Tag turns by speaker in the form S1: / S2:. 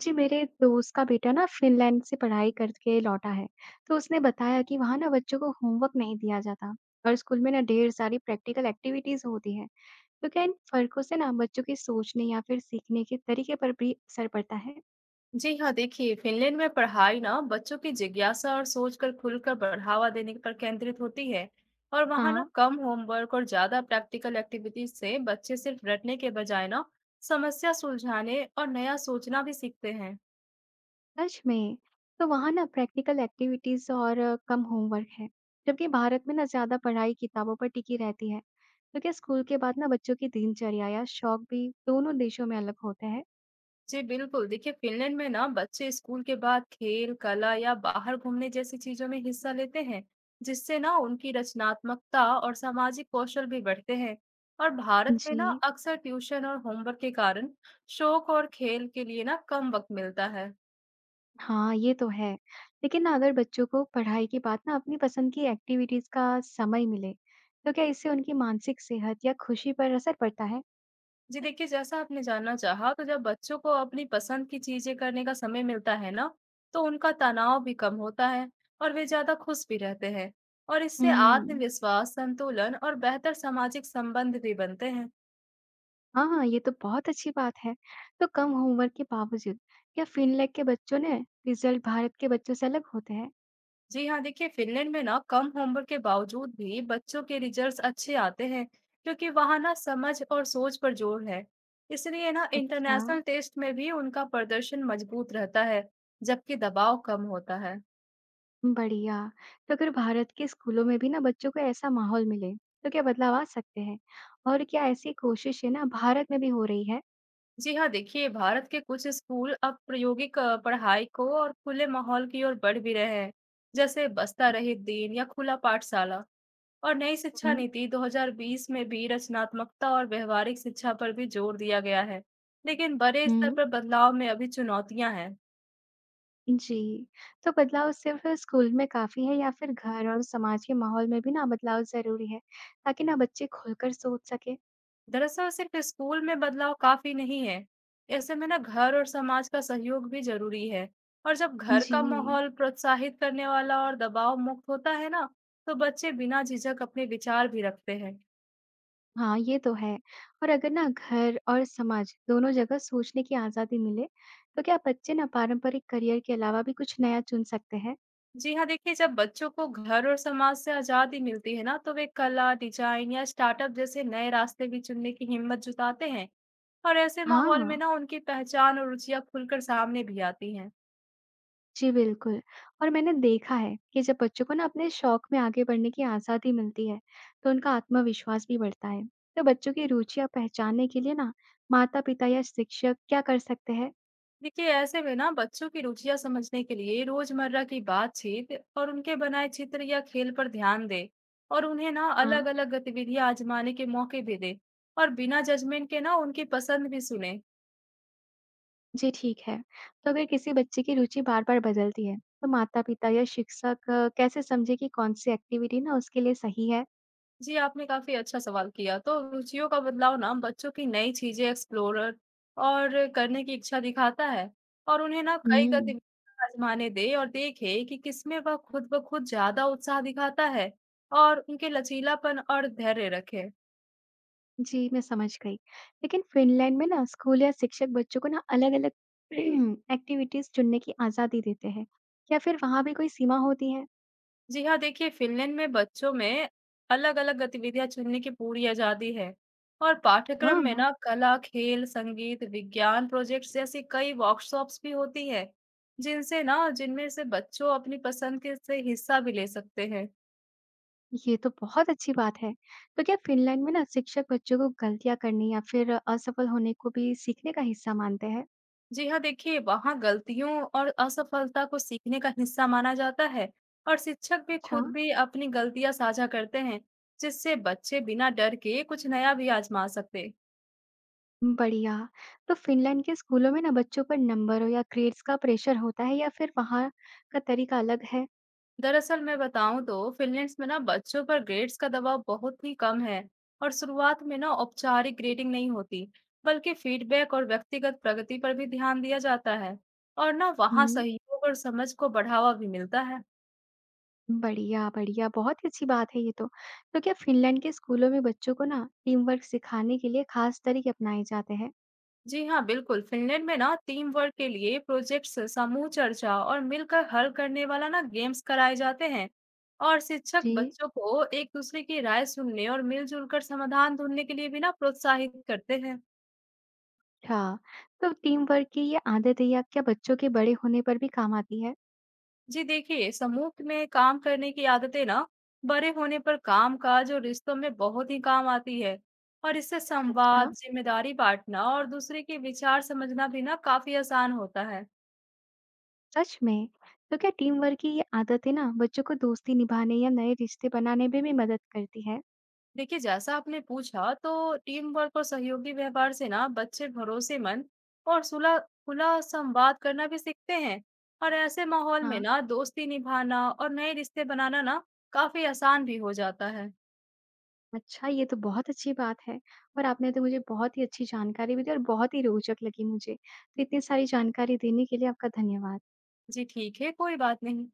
S1: जी, मेरे दोस्त का बेटा ना फ़िनलैंड से पढ़ाई करके लौटा है, तो उसने बताया कि वहाँ ना बच्चों को होमवर्क नहीं दिया जाता और स्कूल में ना ढेर सारी प्रैक्टिकल एक्टिविटीज़ होती है। तो क्या इन फ़र्कों से ना बच्चों के सोचने या फिर सीखने के तरीके पर भी असर पड़ता है?
S2: जी हाँ, देखिए फिनलैंड में पढ़ाई ना बच्चों की जिज्ञासा और सोच कर खुलकर बढ़ावा देने पर केंद्रित होती है। और वहाँ
S1: हाँ,
S2: ना कम होमवर्क और ज्यादा प्रैक्टिकल एक्टिविटीज से बच्चे सिर्फ रटने के बजाय ना समस्या सुलझाने और नया सोचना भी सीखते हैं।
S1: सच में। तो वहाँ ना प्रैक्टिकल एक्टिविटीज़ और कम होमवर्क है, जबकि भारत में ना ज़्यादा पढ़ाई किताबों पर टिकी रहती है। तो क्या स्कूल के बाद ना बच्चों की दिनचर्या या शौक भी दोनों देशों में अलग होते हैं?
S2: जी बिल्कुल, देखिए फ़िनलैंड में ना बच्चे स्कूल के बाद खेल, कला या बाहर घूमने जैसी चीज़ों में हिस्सा लेते हैं, जिससे ना उनकी रचनात्मकता और सामाजिक कौशल भी बढ़ते हैं। और भारत में ना
S1: जी।
S2: अक्सर ट्यूशन और होमवर्क के कारण शौक और खेल के लिए ना कम वक़्त मिलता है।
S1: हाँ, ये तो है। लेकिन ना अगर बच्चों को पढ़ाई के बाद ना अपनी पसंद की एक्टिविटीज़ का समय मिले, तो क्या इससे उनकी मानसिक सेहत या खुशी पर असर पड़ता है?
S2: जी देखिए, जैसा आपने जानना चाहा तो जब बच्चों को अपनी पसंद की चीज़ें करने का समय मिलता है ना, तो उनका तनाव भी कम होता है और वे ज़्यादा खुश भी रहते हैं। और इससे
S1: हम्म।
S2: आत्मविश्वास, संतुलन और बेहतर सामाजिक संबंध भी बनते हैं।
S1: हाँ, ये तो बहुत अच्छी बात है। तो कम होमवर्क के बावजूद क्या फिनलैंड के बच्चों ने रिजल्ट भारत के बच्चों से अलग होते हैं?
S2: जी हाँ, देखिए फिनलैंड में ना कम होमवर्क के बावजूद भी बच्चों के रिजल्ट्स अच्छे आते हैं, क्योंकि वहाँ ना समझ और सोच पर जोर है। इसलिए ना
S1: अच्छा।
S2: इंटरनेशनल टेस्ट में भी उनका प्रदर्शन मजबूत रहता है, जबकि दबाव कम होता है।
S1: बढ़िया। तो अगर भारत के स्कूलों में भी ना बच्चों को ऐसा माहौल मिले, तो क्या बदलाव आ सकते हैं? और क्या ऐसी कोशिशें ना भारत में भी हो रही है?
S2: जी हाँ, देखिए भारत के कुछ स्कूल अब प्रायोगिक पढ़ाई को और खुले माहौल की ओर बढ़ भी रहे हैं, जैसे बस्ता
S1: हम्म।
S2: रहित दिन या खुला पाठशाला। और नई शिक्षा नीति 2020 में भी रचनात्मकता और व्यवहारिक शिक्षा पर भी जोर दिया गया है, लेकिन बड़े स्तर
S1: हम्म।
S2: पर बदलाव में अभी चुनौतियां हैं।
S1: जी। तो बदलाव सिर्फ़ स्कूल में काफ़ी है या फिर घर और समाज के माहौल में भी ना बदलाव ज़रूरी है, ताकि ना बच्चे खुलकर सोच सकें?
S2: दरअसल सिर्फ स्कूल में बदलाव काफी नहीं है। ऐसे में ना घर और समाज का सहयोग भी जरूरी है। और जब घर का
S1: जी।
S2: माहौल प्रोत्साहित करने वाला और दबाव मुक्त होता है ना, तो बच्चे बिना झिझक अपने विचार भी रखते हैं।
S1: हाँ, ये तो है। और अगर ना घर और समाज दोनों जगह सोचने की आज़ादी मिले, तो क्या बच्चे ना पारंपरिक करियर के अलावा भी कुछ नया चुन सकते हैं?
S2: जी हाँ, देखिए जब बच्चों को घर और समाज से आजादी मिलती है ना, तो वे कला, डिजाइन या स्टार्टअप जैसे नए रास्ते भी चुनने की हिम्मत जुटाते हैं। और ऐसे माहौल में
S1: हाँ।
S2: ना उनकी पहचान और रुचियां खुलकर सामने भी आती हैं।
S1: जी, बिल्कुल। और मैंने देखा है कि जब बच्चों को ना अपने शौक में आगे बढ़ने की आज़ादी मिलती है, तो उनका आत्मविश्वास भी बढ़ता है। तो बच्चों की रुचियाँ पहचानने के लिए ना माता-पिता या शिक्षक क्या कर सकते हैं?
S2: देखिए, ऐसे में ना बच्चों की रुचियां समझने के लिए रोजमर्रा की बातचीत और उनके बनाए चित्र या खेल पर ध्यान दे और उन्हें ना
S1: हाँ,
S2: अलग अलग गतिविधियां आजमाने के मौके भी दे और बिना जजमेंट के ना उनकी पसंद भी सुने।
S1: जी ठीक है। तो अगर किसी बच्चे की रुचि बार-बार बदलती है, तो माता-पिता या शिक्षक कैसे समझे कि कौन-सी एक्टिविटी ना उसके लिए सही है?
S2: जी, आपने काफी अच्छा सवाल किया। तो रुचियों का बदलाव ना बच्चों की नई चीजें एक्सप्लोरर और करने की इच्छा दिखाता है। और उन्हें ना कई
S1: हुँ।
S2: गतिविधियां आजमाने दे और देखे कि किसमें वह खुद ब खुद ज्यादा उत्साह दिखाता है। और उनके लचीलापन और धैर्य रखे।
S1: जी, मैं समझ गई। लेकिन फ़िनलैंड में ना स्कूल या शिक्षक बच्चों को ना अलग-अलग एक्टिविटीज़ चुनने की आज़ादी देते हैं। क्या फिर वहाँ भी कोई सीमा होती है?
S2: जी हाँ, देखिए फ़िनलैंड में बच्चों में अलग-अलग गतिविधियाँ चुनने की पूरी आज़ादी है और पाठ्यक्रम
S1: हाँ,
S2: में ना कला, खेल, संगीत, विज्ञान प्रोजेक्ट्स जैसी कई वर्कशॉप्स भी होती है, जिनसे ना जिनमें से बच्चों अपनी पसंद के से हिस्सा भी ले सकते हैं।
S1: ये तो बहुत अच्छी बात है। तो क्या फ़िनलैंड में ना शिक्षक बच्चों को गलतियाँ करने या फिर असफल होने को भी सीखने का हिस्सा मानते हैं?
S2: जी हाँ, देखिए वहाँ गलतियों और असफलता को सीखने का हिस्सा माना जाता है और शिक्षक भी
S1: अच्छा,
S2: खुद भी अपनी गलतियाँ साझा करते हैं, जिससे बच्चे बिना डर के कुछ नया भी आज़मा सकते।
S1: बढ़िया। तो फ़िनलैंड के स्कूलों में ना बच्चों पर नंबरों या ग्रेड्स का प्रेशर होता है या फिर वहाँ का तरीका अलग है?
S2: दरअसल मैं बताऊं तो फिनलैंड में ना बच्चों पर ग्रेड्स का दबाव बहुत ही कम है और शुरुआत में ना औपचारिक ग्रेडिंग नहीं होती, बल्कि फीडबैक और व्यक्तिगत प्रगति पर भी ध्यान दिया जाता है और ना वहाँ
S1: हुँ।
S2: सहयोग और समझ को बढ़ावा भी मिलता है।
S1: बढ़िया, बढ़िया, बहुत ही अच्छी बात है ये तो। तो क्या फ़िनलैंड के स्कूलों में बच्चों को ना टीम वर्क सिखाने के लिए ख़ास तरीके अपनाए जाते हैं?
S2: जी हाँ, बिल्कुल। फिनलैंड में ना टीम वर्क के लिए प्रोजेक्ट्स, समूह चर्चा और मिलकर हल करने वाला ना गेम्स कराए जाते हैं और शिक्षक
S1: जी।
S2: बच्चों को एक दूसरे की राय सुनने और मिलजुल कर समाधान ढूंढने के लिए भी ना प्रोत्साहित करते हैं।
S1: अच्छा, तो टीम वर्क की ये आदत है या क्या बच्चों के बड़े होने पर भी काम आती है?
S2: जी देखिए, समूह में काम करने की आदतें ना बड़े होने पर काम-काज और रिश्तों में बहुत ही काम आती है और इससे
S1: अच्छा,
S2: संवाद, जिम्मेदारी बांटना और दूसरे के विचार समझना भी ना काफी आसान होता है।
S1: सच में? तो क्या टीम वर्क की ये आदतें ना बच्चों को दोस्ती निभाने या नए रिश्ते बनाने में भी मदद करती है?
S2: देखिए, जैसा आपने पूछा, तो टीम वर्क और सहयोगी व्यवहार से ना बच्चे भरोसेमंद और सुलह खुला संवाद करना भी सीखते हैं और ऐसे माहौल में
S1: हाँ,
S2: ना दोस्ती निभाना और नए रिश्ते बनाना ना काफी आसान भी हो जाता है।
S1: अच्छा ये तो बहुत अच्छी बात है और आपने तो मुझे बहुत ही अच्छी जानकारी भी दी और बहुत ही रोचक लगी मुझे। तो इतनी सारी जानकारी देने के लिए आपका धन्यवाद।
S2: जी ठीक है, कोई बात नहीं।